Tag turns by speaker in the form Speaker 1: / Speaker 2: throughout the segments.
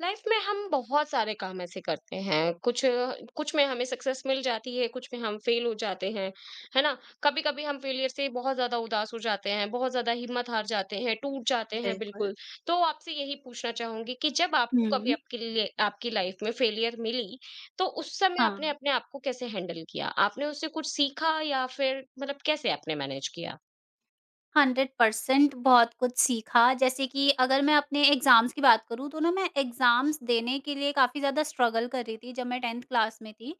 Speaker 1: Life में हम बहुत सारे काम ऐसे करते हैं। कुछ कुछ में हमें सक्सेस मिल जाती है, कुछ में हम फेल हो जाते हैं, है ना? कभी कभी हम फेलियर से बहुत ज्यादा उदास हो जाते हैं, बहुत ज्यादा हिम्मत हार जाते हैं, टूट जाते हैं
Speaker 2: बिल्कुल।
Speaker 1: बिल्कुल। तो आपसे यही पूछना चाहूंगी कि जब आपको कभी
Speaker 2: हुँ,
Speaker 1: आपके लिए आपकी लाइफ में फेलियर मिली, तो उस समय
Speaker 2: हाँ,
Speaker 1: आपने अपने आप को कैसे हैंडल किया? आपने उससे कुछ सीखा या फिर मतलब कैसे आपने मैनेज किया?
Speaker 2: 100% बहुत कुछ सीखा जैसे कि अगर मैं अपने एग्ज़ाम्स की बात करूँ तो ना मैं एग्ज़ाम्स देने के लिए काफ़ी ज़्यादा स्ट्रगल कर रही थी जब मैं 10th क्लास में थी।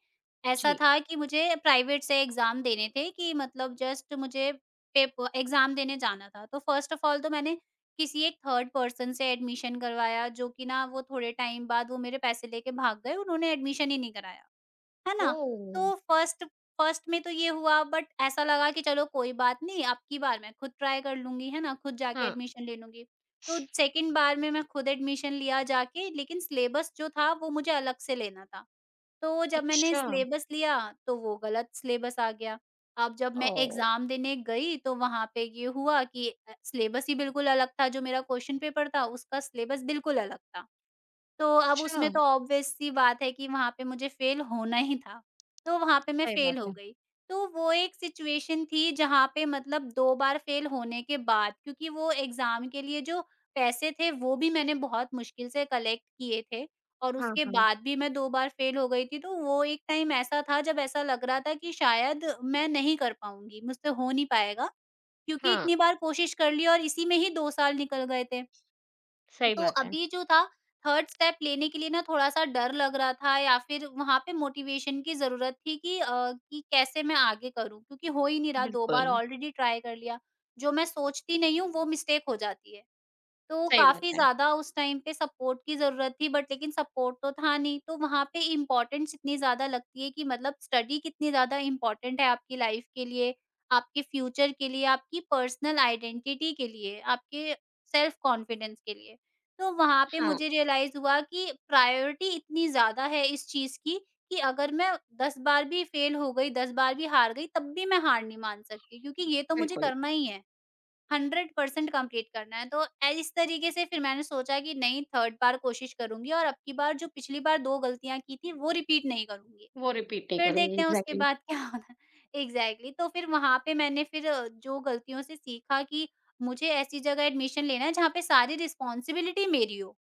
Speaker 1: जी।
Speaker 2: ऐसा था कि मुझे प्राइवेट से एग्ज़ाम देने थे कि मतलब जस्ट मुझे पेप एग्ज़ाम देने जाना था। तो फ़र्स्ट ऑफ ऑल तो मैंने किसी एक थर्ड पर्सन से एडमिशन करवाया जो कि ना वो थोड़े टाइम बाद वो मेरे पैसे लेके भाग गए, उन्होंने एडमिशन ही नहीं कराया। है ना?
Speaker 1: ओ।
Speaker 2: तो फर्स्ट फर्स्ट में तो ये हुआ बट ऐसा लगा कि चलो कोई बात नहीं, अब की बार मैं खुद ट्राई कर लूँगी, है ना? खुद जाके
Speaker 1: हाँ।
Speaker 2: एडमिशन ले लूँगी। तो सेकंड बार में मैं खुद एडमिशन लिया जाके लेकिन सिलेबस जो था वो मुझे अलग से लेना था। तो जब मैंने
Speaker 1: अच्छा।
Speaker 2: सिलेबस लिया तो वो गलत सिलेबस आ गया। अब जब मैं
Speaker 1: ओ।
Speaker 2: एग्ज़ाम देने गई तो वहाँ पे ये हुआ कि सिलेबस ही बिल्कुल अलग था, जो मेरा क्वेश्चन पेपर था उसका सिलेबस बिल्कुल अलग था। तो अब
Speaker 1: अच्छा।
Speaker 2: उसमें तो ऑब्वियस सी बात है कि वहाँ पे मुझे फेल होना ही था, तो वहाँ पे मैं
Speaker 1: सही बात
Speaker 2: फेल हो
Speaker 1: है।
Speaker 2: गई। तो वो एक सिचुएशन थी जहाँ पे मतलब 2 बार फेल होने के बाद क्योंकि वो एग्ज़ाम के लिए जो पैसे थे वो भी मैंने बहुत मुश्किल से कलेक्ट किए थे और
Speaker 1: हाँ
Speaker 2: उसके
Speaker 1: हाँ।
Speaker 2: बाद भी मैं 2 बार फेल हो गई थी। तो वो एक टाइम ऐसा था जब ऐसा लग रहा था कि शायद मैं नहीं कर पाऊँगी, मुझसे हो नहीं पाएगा क्योंकि
Speaker 1: हाँ,
Speaker 2: इतनी बार कोशिश कर ली और इसी में ही 2 साल निकल गए थे।
Speaker 1: सही
Speaker 2: तो
Speaker 1: बात है।
Speaker 2: अभी जो था, थर्ड स्टेप लेने के लिए ना थोड़ा-सा डर लग रहा था या फिर वहाँ पे मोटिवेशन की ज़रूरत थी कि कि कैसे मैं आगे करूँ? क्योंकि हो ही नहीं रहा, 2
Speaker 1: बिल्कुल,
Speaker 2: बार ऑलरेडी ट्राई कर लिया। जो मैं सोचती नहीं हूँ, वो मिस्टेक हो जाती है। तो
Speaker 1: सही बात
Speaker 2: काफ़ी
Speaker 1: है।
Speaker 2: ज़्यादा उस टाइम पे सपोर्ट की ज़रूरत थी बट लेकिन सपोर्ट तो था नहीं, तो वहाँ पे इम्पोर्टेंस इतनी ज़्यादा लगती है कि मतलब स्टडी कितनी ज़्यादा इम्पोर्टेंट है आपकी लाइफ के लिए, आपके फ्यूचर के लिए, आपकी पर्सनल आइडेंटिटी के लिए, आपके सेल्फ कॉन्फिडेंस के लिए। तो वहाँ पे
Speaker 1: हाँ,
Speaker 2: मुझे रियलाइज़ हुआ कि प्रायोरिटी इतनी ज़्यादा है इस चीज़ की कि अगर मैं 10 बार भी फेल हो गई, 10 बार भी हार गई, तब भी मैं हार नहीं मान सकती क्योंकि ये तो मुझे
Speaker 1: बिल्कुल,
Speaker 2: करना ही है। 100% कंप्लीट करना है। तो ए इस तरीके से फिर मैंने सोचा कि नहीं थर्ड बार कोशिश करूँगी और अब की बार जो पिछली बार 2 गलतियाँ की थी वो रिपीट नहीं करूँगी।
Speaker 1: वो रिपीट नहीं
Speaker 2: फिर
Speaker 1: करूँगी
Speaker 2: देखते हैं उसके
Speaker 1: एग्ज़ैक्टली।
Speaker 2: बाद क्या होता है। एग्ज़ैक्टली तो फिर वहाँ पे मैंने फिर जो गलतियों से सीखा कि मुझे ऐसी जगह एडमिशन लेना है जहाँ पे सारी रिस्पॉन्सिबिलिटी मेरी हो।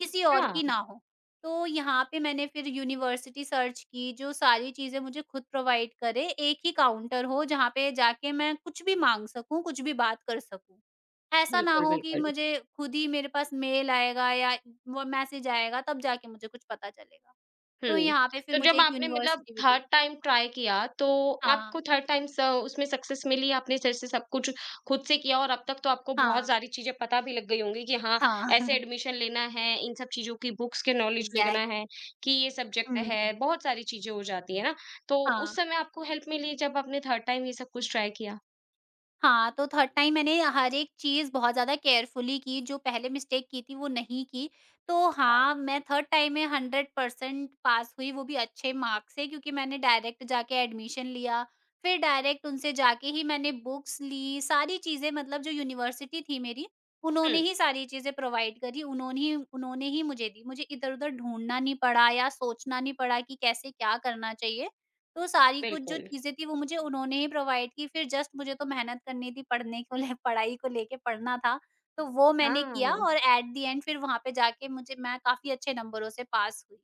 Speaker 2: किसी
Speaker 1: अच्छा,
Speaker 2: और की ना हो। तो यहाँ पे मैंने फिर यूनिवर्सिटी सर्च की जो सारी चीज़ें मुझे खुद प्रोवाइड करे, एक ही काउंटर हो जहाँ पे जाके मैं कुछ भी माँग सकूँ, कुछ भी बात कर सकूँ। ऐसा ना
Speaker 1: बिल्कुल,
Speaker 2: हो कि
Speaker 1: बिल्कुल।
Speaker 2: मुझे खुद ही मेरे पास मेल आएगा या वो मैसेज आएगा तब जाके मुझे कुछ पता चलेगा। तो
Speaker 1: हुँ।
Speaker 2: यहाँ पे फिर
Speaker 1: तो
Speaker 2: मुझे
Speaker 1: जब
Speaker 2: एक
Speaker 1: आपने मतलब
Speaker 2: यूनिवर्सिटी मिली।
Speaker 1: थर्ड टाइम ट्राई किया, तो
Speaker 2: हाँ,
Speaker 1: आपको थर्ड टाइम स उसमें सक्सेस मिली, आपने फिर से सब कुछ खुद से किया और अब तक तो आपको बहुत
Speaker 2: हाँ,
Speaker 1: सारी चीज़ें पता भी लग गई होंगी कि हाँ,
Speaker 2: हाँ।
Speaker 1: ऐसे एडमिशन लेना है, इन सब चीज़ों की बुक्स के नॉलेज लेना
Speaker 2: एग्ज़ैक्टली।
Speaker 1: है कि ये सब्जेक्ट
Speaker 2: हुँ,
Speaker 1: है,
Speaker 2: हुँ।
Speaker 1: बहुत सारी चीज़ें हो जाती हैं ना। तो
Speaker 2: हाँ।
Speaker 1: उस समय आपको हेल्प मिली जब आपने थर्ड टाइम ये सब कुछ ट्राई किया?
Speaker 2: हाँ, तो थर्ड टाइम मैंने हर एक चीज़ बहुत ज़्यादा केयरफुली की, जो पहले मिस्टेक की थी वो नहीं की। तो हाँ, मैं थर्ड टाइम में 100% पास हुई, वो भी अच्छे मार्क्स से क्योंकि मैंने डायरेक्ट जाके एडमिशन लिया, फिर डायरेक्ट उनसे जाके ही मैंने बुक्स ली, सारी चीज़ें मतलब जो यूनिवर्सिटी थी मेरी, उन्होंने
Speaker 1: हुँ।
Speaker 2: ही सारी चीज़ें प्रोवाइड करी, उन्होंने ही मुझे दी। मुझे इधर-उधर ढूँढना नहीं पड़ा या सोचना नहीं पड़ा कि कैसे क्या करना चाहिए। तो सारी कुछ जो
Speaker 1: बिल्कुल,
Speaker 2: चीज़ें थी वो मुझे उन्होंने ही प्रोवाइड की, फिर जस्ट मुझे तो मेहनत करनी थी, पढ़ने को ले पढ़ाई को लेके पढ़ना था, तो वो मैंने किया
Speaker 1: हाँ।
Speaker 2: और एट द एंड फिर वहाँ पे जाके मुझे मैं काफ़ी अच्छे नंबरों से पास हुई।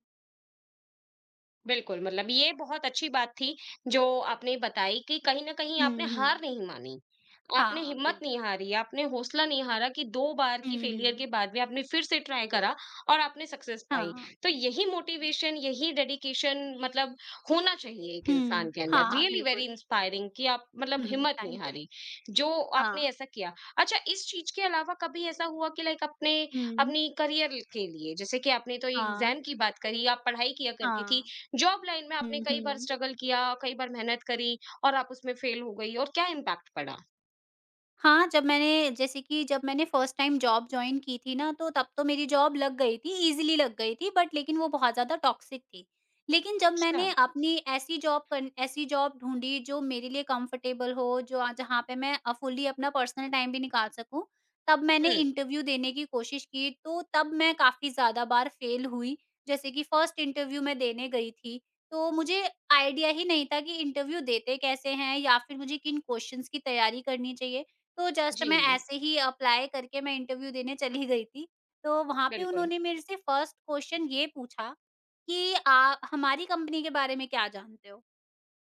Speaker 1: बिल्कुल, मतलब ये बहुत अच्छी बात थी जो आपने बताई कि कहीं न कहीं आपने
Speaker 2: हुँ, हुँ।
Speaker 1: हार नहीं मानी। आपने
Speaker 2: हाँ,
Speaker 1: हिम्मत नहीं
Speaker 2: बिल्कुल।
Speaker 1: हारी, आपने हौसला नहीं हारा कि 2 बार की
Speaker 2: हुँ,
Speaker 1: फेलियर के
Speaker 2: हुँ।
Speaker 1: बाद भी आपने फिर से ट्राई करा और आपने सक्सेस पाई।
Speaker 2: हाँ।
Speaker 1: तो यही मोटिवेशन, यही डेडिकेशन मतलब होना चाहिए एक इंसान
Speaker 2: हुँ।
Speaker 1: के अंदर।
Speaker 2: हाँ,
Speaker 1: रियली वेरी
Speaker 2: बिल्कुल।
Speaker 1: इंस्पायरिंग कि आप मतलब
Speaker 2: हुँ, हुँ,
Speaker 1: हिम्मत नहीं
Speaker 2: थैंक यू।
Speaker 1: हारी, जो आपने
Speaker 2: हाँ।
Speaker 1: ऐसा किया। अच्छा, इस चीज़ के अलावा कभी ऐसा हुआ कि लाइक अपने
Speaker 2: हुँ।
Speaker 1: अपनी करियर के लिए, जैसे कि आपने तो
Speaker 2: हाँ,
Speaker 1: एग्ज़ाम की बात करी, आप पढ़ाई किया करती थी,
Speaker 2: हाँ।
Speaker 1: जॉब लाइन में आपने
Speaker 2: हुँ,
Speaker 1: कई बार
Speaker 2: हुँ।
Speaker 1: स्ट्रगल किया, कई बार मेहनत करी और आप उसमें फेल हो गई, और क्या इम्पैक्ट पड़ा?
Speaker 2: हाँ, जब मैंने जैसे कि जब मैंने फर्स्ट टाइम जॉब जॉइन की थी ना, तो तब तो मेरी जॉब लग गई थी, ईज़िली लग गई थी बट लेकिन वो बहुत ज़्यादा टॉक्सिक थी। लेकिन जब
Speaker 1: अच्छा।
Speaker 2: मैंने अपनी ऐसी जॉब ढूँढी जो मेरे लिए कंफर्टेबल हो, जो जहाँ पे मैं फुल्ली अपना पर्सनल टाइम भी निकाल सकूँ, तब मैंने
Speaker 1: हुँ।
Speaker 2: इंटरव्यू देने की कोशिश की, तो तब मैं काफ़ी ज़्यादा बार फेल हुई। जैसे कि फर्स्ट इंटरव्यू मैं देने गई थी, तो मुझे आइडिया ही नहीं था कि इंटरव्यू देते कैसे हैं या फिर मुझे किन क्वेश्चन्स की तैयारी करनी चाहिए। तो जस्ट
Speaker 1: जी।
Speaker 2: मैं ऐसे ही अप्लाई करके मैं इंटरव्यू देने चली गई थी। तो वहाँ पे
Speaker 1: बिल्कुल।
Speaker 2: उन्होंने मेरे से फर्स्ट क्वेश्चन ये पूछा कि हमारी कंपनी के बारे में क्या जानते हो?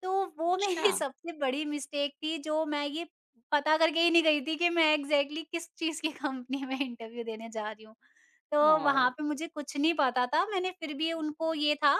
Speaker 2: तो वो
Speaker 1: अच्छा।
Speaker 2: मेरी सबसे बड़ी मिस्टेक थी जो मैं ये पता करके ही नहीं गई थी कि मैं एग्जैक्टली exactly किस चीज की कंपनी में इंटरव्यू देने जा रही हूँ। तो
Speaker 1: वाओ!
Speaker 2: वहाँ पे मुझे कुछ नहीं पता था। मैंने फिर भी उनको ये था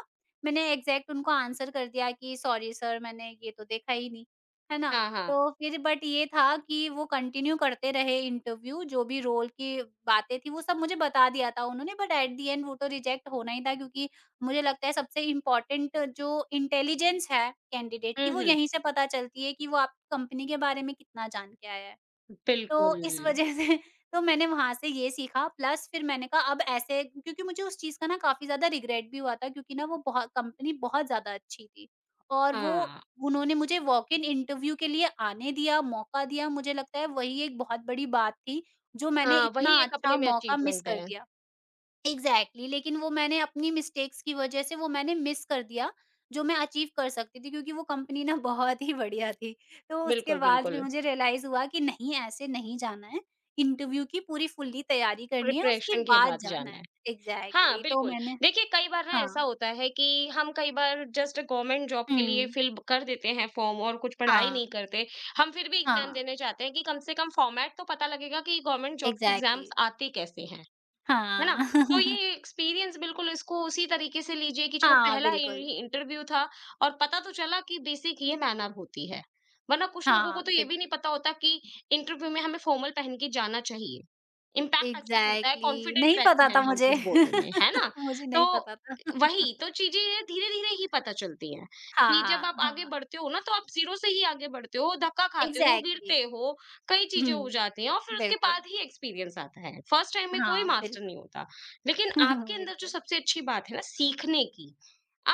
Speaker 2: मैंने एग्जैक्ट उनको आंसर कर दिया कि सॉरी सर मैंने ये तो देखा ही नहीं, है ना?
Speaker 1: हाँ, हाँ।
Speaker 2: तो फिर बट ये था कि वो कंटिन्यू करते रहे इंटरव्यू जो भी रोल की बातें थी वो सब मुझे बता दिया था उन्होंने बट एट द एंड वो तो रिजेक्ट होना ही था क्योंकि मुझे लगता है सबसे इम्पोर्टेंट जो इंटेलिजेंस है कैंडिडेट
Speaker 1: हुँ,
Speaker 2: की वो
Speaker 1: हुँ,
Speaker 2: यहीं से पता चलती है कि वो आपकी कंपनी के बारे में कितना जान के आया है।
Speaker 1: बिल्कुल।
Speaker 2: तो इस वजह से तो मैंने वहाँ से ये सीखा प्लस फिर मैंने कहा अब ऐसे क्योंकि मुझे उस चीज़ का ना काफ़ी ज़्यादा रिग्रेट भी हुआ था क्योंकि ना वो बहुत कंपनी बहुत ज़्यादा अच्छी थी। और वो
Speaker 1: हाँ,
Speaker 2: उन्होंने मुझे वॉक इन इंटरव्यू के लिए आने दिया, मौका दिया मुझे लगता है वही एक बहुत बड़ी बात थी, जो मैंने
Speaker 1: हाँ,
Speaker 2: इतना
Speaker 1: वही एक अपने
Speaker 2: अच्छा
Speaker 1: में
Speaker 2: मौका मिस
Speaker 1: अचीवमेंट
Speaker 2: कर
Speaker 1: है।
Speaker 2: दिया। एग्ज़ैक्टली लेकिन वो मैंने अपनी मिस्टेक्स की वज़ह से वो मैंने मिस कर दिया, जो मैं अचीव कर सकती थी क्योंकि वो कंपनी ना बहुत ही बढ़िया थी। तो उसके
Speaker 1: बिल्कुल,
Speaker 2: बाद
Speaker 1: बिल्कुल।
Speaker 2: फिर मुझे रियलाइज़ हुआ कि नहीं ऐसे नहीं जाना है, इंटरव्यू की पूरी फुल्ली तैयारी करनी है, उसके
Speaker 1: प्रिपरेशन के
Speaker 2: बाद
Speaker 1: बाद
Speaker 2: जाना
Speaker 1: जाना
Speaker 2: है।
Speaker 1: है। हाँ,
Speaker 2: एग्ज़ैक्टली तो
Speaker 1: बिल्कुल।
Speaker 2: मैंने
Speaker 1: देखिए, कई बार ना ऐसा
Speaker 2: हाँ।
Speaker 1: होता है कि हम कई बार जस्ट गवर्नमेंट जॉब के लिए
Speaker 2: हुँ।
Speaker 1: फिल कर देते हैं फॉर्म, और कुछ पढ़ाई
Speaker 2: हाँ,
Speaker 1: नहीं करते। हम फिर भी एग्ज़ाम
Speaker 2: हाँ।
Speaker 1: देने जाते हैं कि कम से कम फॉर्मेट तो पता लगेगा कि गवर्नमेंट जॉब के
Speaker 2: एग्ज़ैक्टली
Speaker 1: एग्ज़ाम्स आते कैसे हैं। है ना?
Speaker 2: हाँ।
Speaker 1: तो ये एक्सपीरियंस बिल्कुल इसको उसी तरीके से लीजिए कि चलो
Speaker 2: हाँ,
Speaker 1: पहला इ
Speaker 2: बिल्कुल।
Speaker 1: इंटरव्यू था और पता तो चला कि बेसिक ये मैनर होती है। वरना कुछ लोगों को
Speaker 2: हाँ,
Speaker 1: तो ये भी नहीं
Speaker 2: बिल्कुल।
Speaker 1: पता होता कि इंटरव्यू में हमें फॉर्मल पहन के जाना चाहिए। इम्पैक्ट अच्छा पड़ता है,
Speaker 2: एग्ज़ैक्टली
Speaker 1: कॉन्फिडेंट
Speaker 2: नहीं पता
Speaker 1: रहते हैं
Speaker 2: था
Speaker 1: हम
Speaker 2: मुझे।
Speaker 1: कुछ बोलने में, है ना?
Speaker 2: मुझे
Speaker 1: तो
Speaker 2: नहीं पता था।
Speaker 1: वही, तो चीज़ें धीरे-धीरे ही पता चलती हैं कि जब
Speaker 2: हाँ,
Speaker 1: आप आगे
Speaker 2: हाँ।
Speaker 1: बढ़ते हो ना, तो आप ज़ीरो से ही आगे बढ़ते हो, धक्का खाते हो,
Speaker 2: एग्ज़ैक्टली
Speaker 1: गिरते हो, कई चीजें हो
Speaker 2: हुँ,
Speaker 1: जाती हैं और फिर उसके
Speaker 2: बिल्कुल।
Speaker 1: बाद ही एक्सपीरियंस आता है। फर्स्ट टाइम में कोई
Speaker 2: हाँ,
Speaker 1: मास्टर
Speaker 2: बिल्कुल,
Speaker 1: नहीं होता, लेकिन आपके अंदर जो
Speaker 2: बिल्कुल।
Speaker 1: सबसे अच्छी बात है ना सीखने की,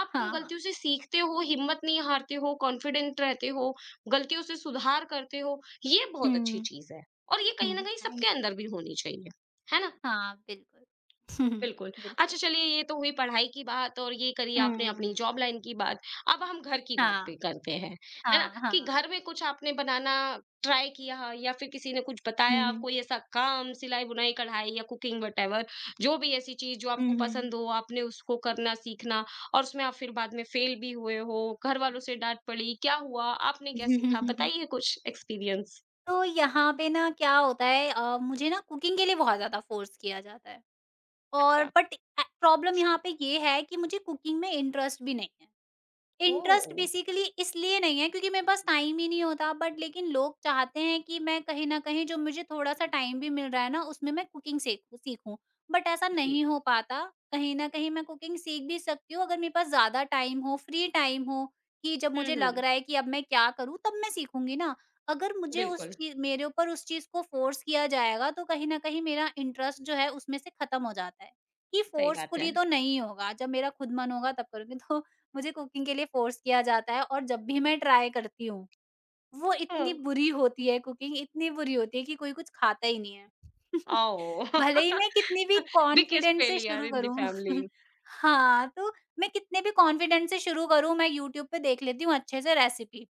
Speaker 1: आप
Speaker 2: हाँ,
Speaker 1: उन
Speaker 2: हाँ।
Speaker 1: गलतियों से सीखते हो, हिम्मत नहीं हारते हो, कॉन्फिडेंट रहते हो, गलतियों से सुधार करते हो, ये बहुत अच्छी
Speaker 2: हुँ,
Speaker 1: चीज है और ये
Speaker 2: हुँ,
Speaker 1: कहीं ना कहीं सबके
Speaker 2: थैंक यू।
Speaker 1: अंदर भी होनी चाहिए, है ना?
Speaker 2: हाँ, बिल्कुल। हम्म,
Speaker 1: बिल्कुल।
Speaker 2: बिल्कुल।
Speaker 1: अच्छा चलिए, ये तो हुई पढ़ाई की बात और ये करी आपने अपनी
Speaker 2: हुँ,
Speaker 1: जॉब लाइन की बात। अब हम घर की बात पे
Speaker 2: हाँ,
Speaker 1: करते हैं, है ना?
Speaker 2: हाँ,
Speaker 1: कि
Speaker 2: हाँ।
Speaker 1: घर में कुछ आपने बनाना ट्राई किया या फिर किसी ने कुछ
Speaker 2: हुँ,
Speaker 1: बताया,
Speaker 2: हुँ।
Speaker 1: कोई ऐसा काम सिलाई-बुनाई, कढ़ाई या कुकिंग व्हाटएवर, जो भी ऐसी चीज़ जो
Speaker 2: हुँ,
Speaker 1: आपको
Speaker 2: हुँ।
Speaker 1: पसंद हो, आपने उसको करना सीखना, और उसमें आप फिर बाद में फेल भी हुए हो, घर वालों से डाँट पड़ी, क्या हुआ? आपने क्या सीखा? बताइए कुछ एक्सपीरियंस।
Speaker 2: तो यहाँ पे ना क्या होता है मुझे ना कुकिंग के लिए बहुत ज़्यादा फ़ोर्स किया जाता है और
Speaker 1: अच्छा।
Speaker 2: बट प्रॉब्लम यहाँ पे ये है कि मुझे कुकिंग में इंटरेस्ट भी नहीं है। इंटरेस्ट
Speaker 1: ओह!
Speaker 2: बेसिकली इसलिए नहीं है क्योंकि मेरे पास टाइम ही नहीं होता बट लेकिन लोग चाहते हैं कि मैं कहीं न कहीं जो मुझे थोड़ा-सा टाइम भी मिल रहा है ना, उसमें मैं कुकिंग सीखूँ सीखूँ। बट ऐसा
Speaker 1: जी।
Speaker 2: नहीं हो पाता, कहीं न कहीं मैं कुकिंग सीख भी सकती हूँ अगर मेरे पास ज़्यादा टाइम हो, फ्री टाइम हो कि जब
Speaker 1: हुँ,
Speaker 2: मुझे लग
Speaker 1: हुँ।
Speaker 2: रहा है कि अब मैं क्या करूँ, तब मैं सीखूँगी ना। अगर मुझे उस
Speaker 1: बिल्कुल,
Speaker 2: चीज़ मेरे ऊपर उस चीज़ को फ़ोर्स किया जाएगा तो कहीं न कहीं मेरा इंटरेस्ट जो है उसमें से खत्म हो जाता है, कि
Speaker 1: सही बात है।
Speaker 2: फ़ोर्सफुली तो नहीं होगा, जब मेरा खुद मन होगा तब करूँगी। तो मुझे कुकिंग के लिए फ़ोर्स किया जाता है और जब भी मैं ट्राई करती हूँ, वो
Speaker 1: ओह!
Speaker 2: इतनी बुरी होती है कुकिंग इतनी बुरी होती है कि कोई कुछ खाता ही नहीं है।
Speaker 1: आओ!
Speaker 2: भले ही मैं कितनी भी
Speaker 1: बिगेस्ट
Speaker 2: कॉन्फिडेंस से
Speaker 1: फेलियर
Speaker 2: शुरू
Speaker 1: इन द
Speaker 2: करूँ।
Speaker 1: फैमिली।
Speaker 2: हाँ, तो मैं कितने भी कॉन्फिडेंस से शुरू करूँ, मैं यूट्यूब पे देख लेती हूँ अच्छे से रेसिपी।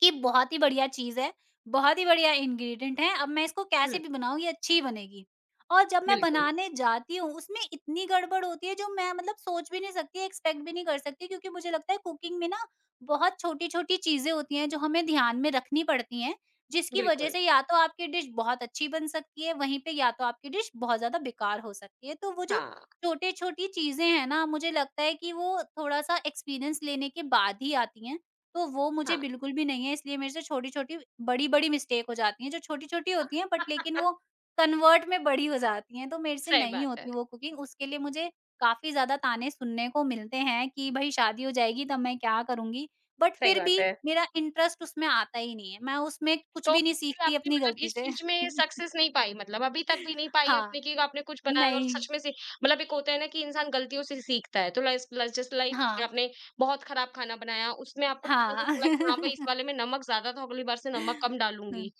Speaker 2: कि बहुत ही बढ़िया चीज़ है, बहुत ही बढ़िया इंग्रीडिएंट है, अब मैं इसको कैसे
Speaker 1: हुँ,
Speaker 2: भी बनाऊँ ये अच्छी ही बनेगी। और जब मैं
Speaker 1: बिल्कुल,
Speaker 2: बनाने जाती हूँ उसमें इतनी गड़बड़ होती है जो मैं मतलब सोच भी नहीं सकती, एक्सपेक्ट भी नहीं कर सकती क्योंकि मुझे लगता है कुकिंग में ना बहुत छोटी-छोटी चीज़ें होती हैं जो हमें ध्यान में रखनी पड़ती हैं, जिसकी वज़ह
Speaker 1: बिल्कुल।
Speaker 2: से या तो आपकी डिश बहुत अच्छी बन सकती है, वहीं पे या तो आपकी डिश बहुत ज़्यादा बेकार हो सकती है। तो वो जो
Speaker 1: हाँ,
Speaker 2: छोटी-छोटी चीज़ें हैं ना, मुझे लगता है कि वो थोड़ा-सा एक्सपीरियंस लेने के बाद ही आती हैं। तो वो
Speaker 1: हाँ,
Speaker 2: मुझे बिल्कुल भी नहीं है, इसलिए मेरे से छोटी-छोटी बड़ी-बड़ी मिस्टेक हो जाती हैं, जो छोटी-छोटी होती हैं बट लेकिन वो कन्वर्ट में बड़ी हो जाती हैं, तो मेरे से
Speaker 1: सही
Speaker 2: नहीं
Speaker 1: बात है,
Speaker 2: होती वो कुकिंग। उसके लिए मुझे काफ़ी ज़्यादा ताने सुनने को मिलते हैं कि भई शादी हो जाएगी तब मैं क्या करूँगी? बट
Speaker 1: सही
Speaker 2: फिर भी
Speaker 1: बात है।
Speaker 2: मेरा इंटरेस्ट उसमें आता ही नहीं है, मैं उसमें कुछ
Speaker 1: तो
Speaker 2: भी नहीं
Speaker 1: फिर
Speaker 2: सीखती
Speaker 1: आपने
Speaker 2: अपनी
Speaker 1: मतलब
Speaker 2: गलती
Speaker 1: इस
Speaker 2: से।
Speaker 1: चीज़ में सक्सेस नहीं पाई, मतलब अभी तक भी नहीं पाई
Speaker 2: हाँ,
Speaker 1: आपने कि आपने कुछ बनाया और
Speaker 2: नहीं।
Speaker 1: सच में से, मतलब एक होता है ना कि इंसान गलतियों से सीखता है। तो लाइस लाइस जस्ट लाइक
Speaker 2: हाँ,
Speaker 1: आपने बहुत खराब खाना बनाया, उसमें आपको पता भी
Speaker 2: हाँ।
Speaker 1: चला कि हाँ भाई इस वाले में नमक ज़्यादा था, अगली बार से नमक कम डालूँगी।
Speaker 2: हुँ।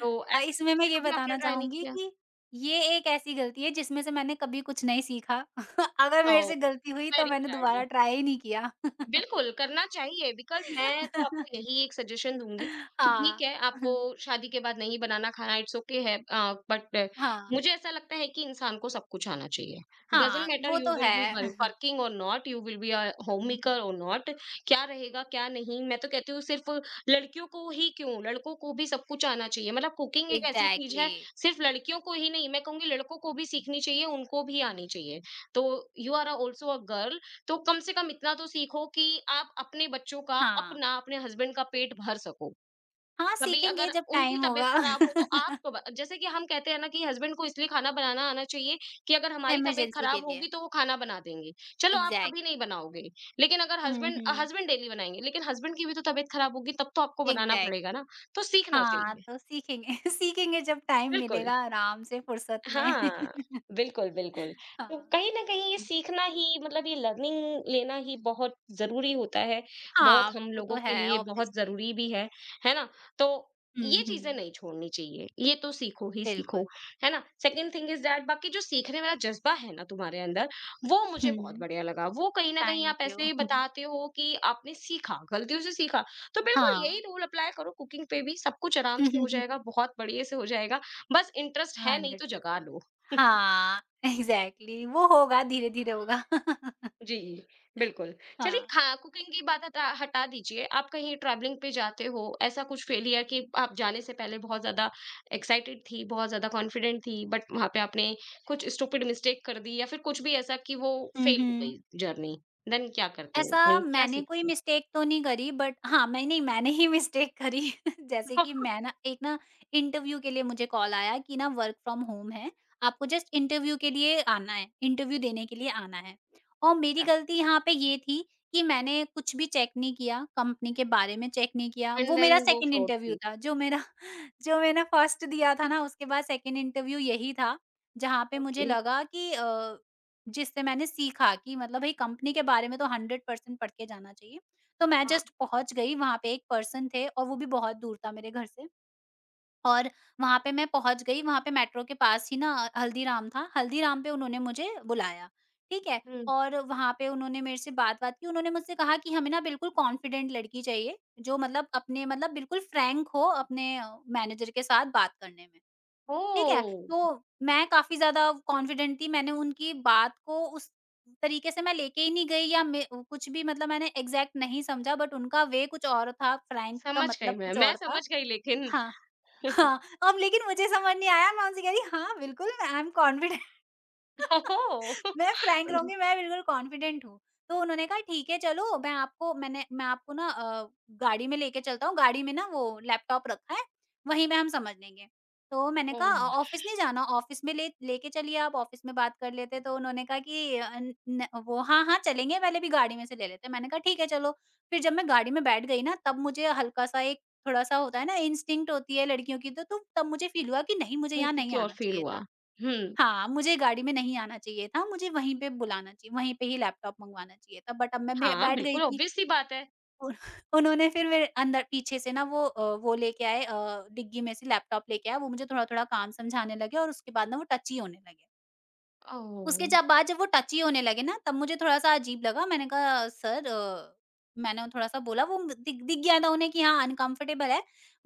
Speaker 1: तो ऐसी
Speaker 2: इसमें
Speaker 1: चीज़ों
Speaker 2: मैं
Speaker 1: से
Speaker 2: ये
Speaker 1: कभी आपने
Speaker 2: बताना
Speaker 1: ट्राई नहीं
Speaker 2: चाहूँगी
Speaker 1: किया?
Speaker 2: कि ये एक ऐसी गलती है जिसमें से मैंने कभी कुछ नहीं सीखा। अगर मेरे
Speaker 1: ओह!
Speaker 2: से गलती
Speaker 1: इट्स
Speaker 2: हुई तो
Speaker 1: वेरी
Speaker 2: मैंने
Speaker 1: बैड।
Speaker 2: दोबारा ट्राई ही नहीं किया।
Speaker 1: बिल्कुल, करना चाहिए बिकॉज़ मैं तो आपको यही एक सजेशन दूँगी कि ठीक
Speaker 2: हाँ।
Speaker 1: है, आपको शादी के बाद नहीं बनाना खाना इट्स ओके है, बट
Speaker 2: हाँ,
Speaker 1: मुझे ऐसा लगता है कि इंसान को सब कुछ आना चाहिए। डज़न्ट
Speaker 2: हाँ,
Speaker 1: मैटर
Speaker 2: वो
Speaker 1: यू
Speaker 2: तो
Speaker 1: विल
Speaker 2: है।
Speaker 1: बी वर वर्किंग और not, you will be home maker और नॉट, क्या रहेगा, क्या नहीं। मैं तो कहती हूँ सिर्फ़ लड़कियों को ही क्यों, लड़कों को भी सब कुछ आना चाहिए। मतलब कुकिंग एक ऐसी चीज़ है,
Speaker 2: एग्ज़ैक्टली।
Speaker 1: सिर्फ़ लड़कियों को ही नहीं, मैं कहूँगी लड़कों को भी सीखनी चाहिए, उनको भी आनी चाहिए। तो you are a also a girl, तो कम से कम इतना तो सीखो कि आप अपने बच्चों का,
Speaker 2: हाँ,
Speaker 1: अपना, अपने हस्बैंड का पेट भर सको।
Speaker 2: हाँ,
Speaker 1: कभी
Speaker 2: सीखेंगे
Speaker 1: अगर
Speaker 2: जब
Speaker 1: उनकी
Speaker 2: टाइम
Speaker 1: तबीयत
Speaker 2: होगा।
Speaker 1: खराब हो तो आपको ब जैसे कि हम कहते हैं ना कि हस्बैंड को इसलिए खाना बनाना आना चाहिए कि अगर हमारी तबीयत
Speaker 2: इमरजेंसी के
Speaker 1: खराब
Speaker 2: लिए।
Speaker 1: होगी तो वो खाना बना देंगे। चलो आप कभी नहीं
Speaker 2: एग्ज़ैक्टली।
Speaker 1: बनाओगे, लेकिन अगर
Speaker 2: हुँ, हुँ।
Speaker 1: हस्बैंड डेली बनाएँगे, लेकिन हस्बैंड की भी तो तबीयत खराब होगी तब तो आपको बनाना पड़ेगा
Speaker 2: एग्ज़ैक्टली।
Speaker 1: ना, तो सीखना
Speaker 2: हाँ,
Speaker 1: चाहिए।
Speaker 2: तो सीखेंगे। सीखेंगे जब टाइम
Speaker 1: बिल्कुल।
Speaker 2: मिलेगा आराम से फुर्सत में।
Speaker 1: हाँ, बिल्कुल, बिल्कुल। तो
Speaker 2: हाँ।
Speaker 1: कहीं न कहीं ये
Speaker 2: हुँ।
Speaker 1: सीखना ही, मतलब ये लर्निंग लेना ही बहुत ज़रूरी होता है,
Speaker 2: हाँ,
Speaker 1: बहुत हम
Speaker 2: वो तो
Speaker 1: लोगों के
Speaker 2: है
Speaker 1: लिए बहुत
Speaker 2: ऑब्वियसली।
Speaker 1: ज़रूरी भी है ना? तो ये
Speaker 2: हुँ,
Speaker 1: चीज़ें
Speaker 2: हुँ।
Speaker 1: नहीं छोड़नी चाहिए, ये तो सीखो ही सीखो,
Speaker 2: बिल्कुल।
Speaker 1: है ना? सेकंड थिंग इज़ दैट बाकी जो सीखने वाला जज़्बा है ना तुम्हारे अंदर, वो मुझे बहुत
Speaker 2: हुँ।
Speaker 1: बढ़िया लगा। वो कहीं न कहीं
Speaker 2: थैंक
Speaker 1: आप
Speaker 2: यू।
Speaker 1: ऐसे बताते हो कि आपने सीखा, गलतियों से सीखा। तो बिल्कुल यही
Speaker 2: हाँ।
Speaker 1: रूल अप्लाई करो कुकिंग पे भी, सब कुछ आराम से हो जाएगा, बहुत बढ़िया से हो जाएगा। बस इंटरेस्ट है नहीं तो जगा
Speaker 2: 100%
Speaker 1: लो।
Speaker 2: हाँ, एग्ज़ैक्टली वो होगा धीरे-धीरे होगा।
Speaker 1: जी, बिल्कुल। चलिए
Speaker 2: हाँ।
Speaker 1: हाँ, कुकिंग की बात हटा हटा दीजिए। आप कहीं ट्रैवलिंग पे जाते हो, ऐसा कुछ फेलियर कि आप जाने से पहले बहुत ज़्यादा एक्साइटेड थी, बहुत ज़्यादा कॉन्फिडेंट थी, बट वहाँ पे आपने कुछ स्टूपिड मिस्टेक कर दी या फिर कुछ भी ऐसा कि वो
Speaker 2: हुँ,
Speaker 1: फेल हो
Speaker 2: हुँ।
Speaker 1: गई जर्नी, देन क्या करते हो
Speaker 2: ऐसा
Speaker 1: एंड क्या
Speaker 2: मैंने कोई
Speaker 1: सीखते हो?
Speaker 2: मिस्टेक तो नहीं करी बट हाँ, मैं नहीं मैंने ही मिस्टेक करी। जैसे कि मैं ना एक ना इंटरव्यू के लिए मुझे कॉल आया कि ना वर्क फ्रॉम होम है, आपको जस्ट इंटरव्यू के लिए आना है, इंटरव्यू देने के लिए आना है। और मेरी
Speaker 1: अच्छा,
Speaker 2: गलती यहाँ पे ये थी कि मैंने कुछ भी चेक नहीं किया, कंपनी के बारे में चेक नहीं किया।
Speaker 1: एंड
Speaker 2: वो
Speaker 1: देन
Speaker 2: मेरा
Speaker 1: वो
Speaker 2: सेकंड
Speaker 1: फ्रॉड
Speaker 2: इंटरव्यू
Speaker 1: थी।
Speaker 2: था, जो मैंने फर्स्ट दिया था ना उसके बाद सेकंड इंटरव्यू यही था, जहाँ पे मुझे
Speaker 1: ओके।
Speaker 2: लगा कि जिससे मैंने सीखा कि मतलब भई कंपनी के बारे में तो 100% पढ़ के जाना चाहिए। तो मैं
Speaker 1: हाँ,
Speaker 2: जस्ट पहुँच गई वहाँ पे, एक पर्सन थे और वो भी बहुत दूर था मेरे घर से। और वहाँ पे मैं पहुँच गई, वहाँ पे मेट्रो के पास ही ना हल्दीराम था, हल्दीराम पे उन्होंने मुझे बुलाया, ठीक है?
Speaker 1: हुँ।
Speaker 2: और वहाँ पे उन्होंने मेरे से बात-वात की, उन्होंने मुझसे कहा कि हमें ना बिल्कुल कॉन्फिडेंट लड़की चाहिए, जो मतलब अपने मतलब बिल्कुल फ्रैंक हो अपने मैनेजर के साथ बात करने में, ठीक है?
Speaker 1: ओह!
Speaker 2: तो मैं काफ़ी ज़्यादा कॉन्फिडेंट थी, मैंने उनकी बात को उस तरीके से मैं लेके ही नहीं गई या मैं कुछ भी मतलब मैंने एग्ज़ैक्ट नहीं समझा, बट उनका वे कुछ और था, फ्रैंक का
Speaker 1: समझ गई
Speaker 2: मतलब कुछ
Speaker 1: मैं
Speaker 2: और था।
Speaker 1: समझ गई लेकिन
Speaker 2: हाँ। हाँ, अब लेकिन मुझे समझ नहीं आया, मैं उनसे कह रही हाँ, बिल्कुल आई एम कॉन्फिडेंट,
Speaker 1: ओह!
Speaker 2: मैं फ्रैंक रहूँगी, मैं बिल्कुल कॉन्फिडेंट हूँ। तो उन्होंने कहा ठीक है चलो, मैं आपको मैंने मैं आपको ना गाड़ी में लेके चलता हूँ, गाड़ी में ना वो लैपटॉप रखा है, वहीं में हम समझ लेंगे। तो मैंने कहा
Speaker 1: ओह!
Speaker 2: ऑफ़िस नहीं जाना, ऑफ़िस में ले लेके चलिए आप, ऑफ़िस में बात कर लेते हैं। तो उन्होंने कहा कि न न वो, हाँ, हाँ, चलेंगे पहले भी गाड़ी में से ले लेते हैं। मैंने कहा ठीक है चलो। फिर जब मैं गाड़ी में बैठ गई ना तब मुझे हल्का-सा एक थोड़ा-सा होता है ना इंस्टिंक्ट होती है लड़कियों की, तो तब मुझे फ़ील हुआ कि नहीं मुझे यहाँ नहीं
Speaker 1: इनसिक्योर
Speaker 2: आना
Speaker 1: फील
Speaker 2: चाहिए
Speaker 1: हुआ।
Speaker 2: था।
Speaker 1: हुँ,
Speaker 2: हाँ, मुझे गाड़ी में नहीं आना चाहिए था, मुझे वहीं पे बुलाना चाहिए, वहीं पे ही लैपटॉप मँगवाना चाहिए था बट अब मैं भे
Speaker 1: हाँ,
Speaker 2: बैठ गई
Speaker 1: बिल्कुल
Speaker 2: थी।
Speaker 1: ऑब्वियस सी बात है।
Speaker 2: उन उन्होंने फिर मेरे अंदर पीछे से ना वो वो लेके आए, डिग्गी में से लैपटॉप लेके आए, वो मुझे थोड़ा-थोड़ा काम समझाने लगे और उसके बाद ना वो टची होने लगे। उसके
Speaker 1: ओह!
Speaker 2: जब बाद जब वो टची होने लगे ना तब मुझे थोड़ा-सा अजीब लगा। मैंने कहा सर मैंने थोड़ा-सा बोला, वो दिख दिख गया था उन्हें कि हाँ अनकम्फर्टेबल है।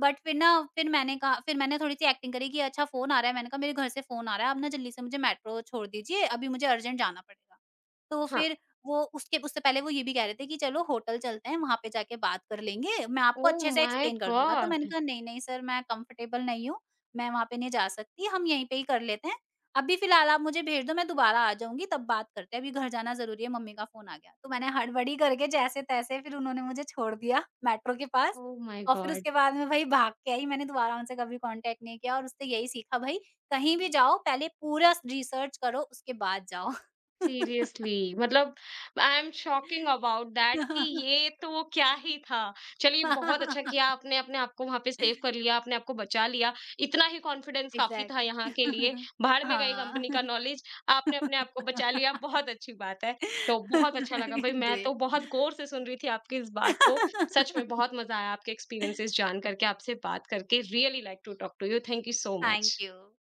Speaker 2: बट फिर ना फिर मैंने कहा, फिर मैंने थोड़ी-सी एक्टिंग करी कि अच्छा फ़ोन आ रहा है। मैंने कहा मेरे घर से फ़ोन आ रहा है, आप ना जल्दी से मुझे मेट्रो छोड़ दीजिए, अभी मुझे अर्जेंट जाना पड़ेगा। तो
Speaker 1: हाँ,
Speaker 2: फिर वो उसके उससे पहले वो ये भी कह रहे थे कि चलो होटल चलते हैं, वहाँ पे जाके बात कर लेंगे, मैं आपको
Speaker 1: ओह
Speaker 2: अच्छे से
Speaker 1: माय
Speaker 2: एक्सप्लेन कर दूँगा। तो मैंने
Speaker 1: गॉड!
Speaker 2: कहा नहीं, नहीं सर मैं कम्फर्टेबल नहीं हूँ, मैं वहाँ पे नहीं जा सकती, हम यहीं पे ही कर लेते हैं। अभी फिलहाल आप मुझे भेज दो, मैं दोबारा आ जाऊँगी तब बात करते हैं, अभी घर जाना ज़रूरी है, मम्मी का फ़ोन आ गया। तो मैंने हड़बड़ी करके जैसे-तैसे, फिर उन्होंने मुझे छोड़ दिया मेट्रो के पास,
Speaker 1: ओह माय
Speaker 2: और फिर
Speaker 1: गॉड!
Speaker 2: उसके बाद में भई भाग के आई, मैंने दोबारा उनसे कभी कॉन्टैक्ट नहीं किया और उससे यही सीखा भई कहीं भी जाओ पहले पूरा स रिसर्च करो उसके बाद जाओ।
Speaker 1: सीरियसली मतलब I am shocking about that कि ये तो क्या ही था। चलिए बहुत अच्छा किया आपने, अपने आप को वहाँ पे सेव कर लिया, आपने आपको बचा लिया। इतना ही कॉन्फिडेंस काफ़ी था यहाँ के लिए,
Speaker 2: एग्ज़ैक्टली।
Speaker 1: भाड़ में गई
Speaker 2: हाँ।
Speaker 1: कंपनी का नॉलेज, आपने अपने आप को बचा लिया, बहुत अच्छी बात है। तो बहुत अच्छा लगा भाई, मैं तो
Speaker 2: ग्रेट।
Speaker 1: बहुत गौर से सुन रही थी आपकी इस बात को। सच में बहुत मज़ा आया आपके एक्सपीरियंसेस जान करके, आपसे बात करके। Really like to talk to you. Thank you so
Speaker 2: Thank
Speaker 1: much.
Speaker 2: you.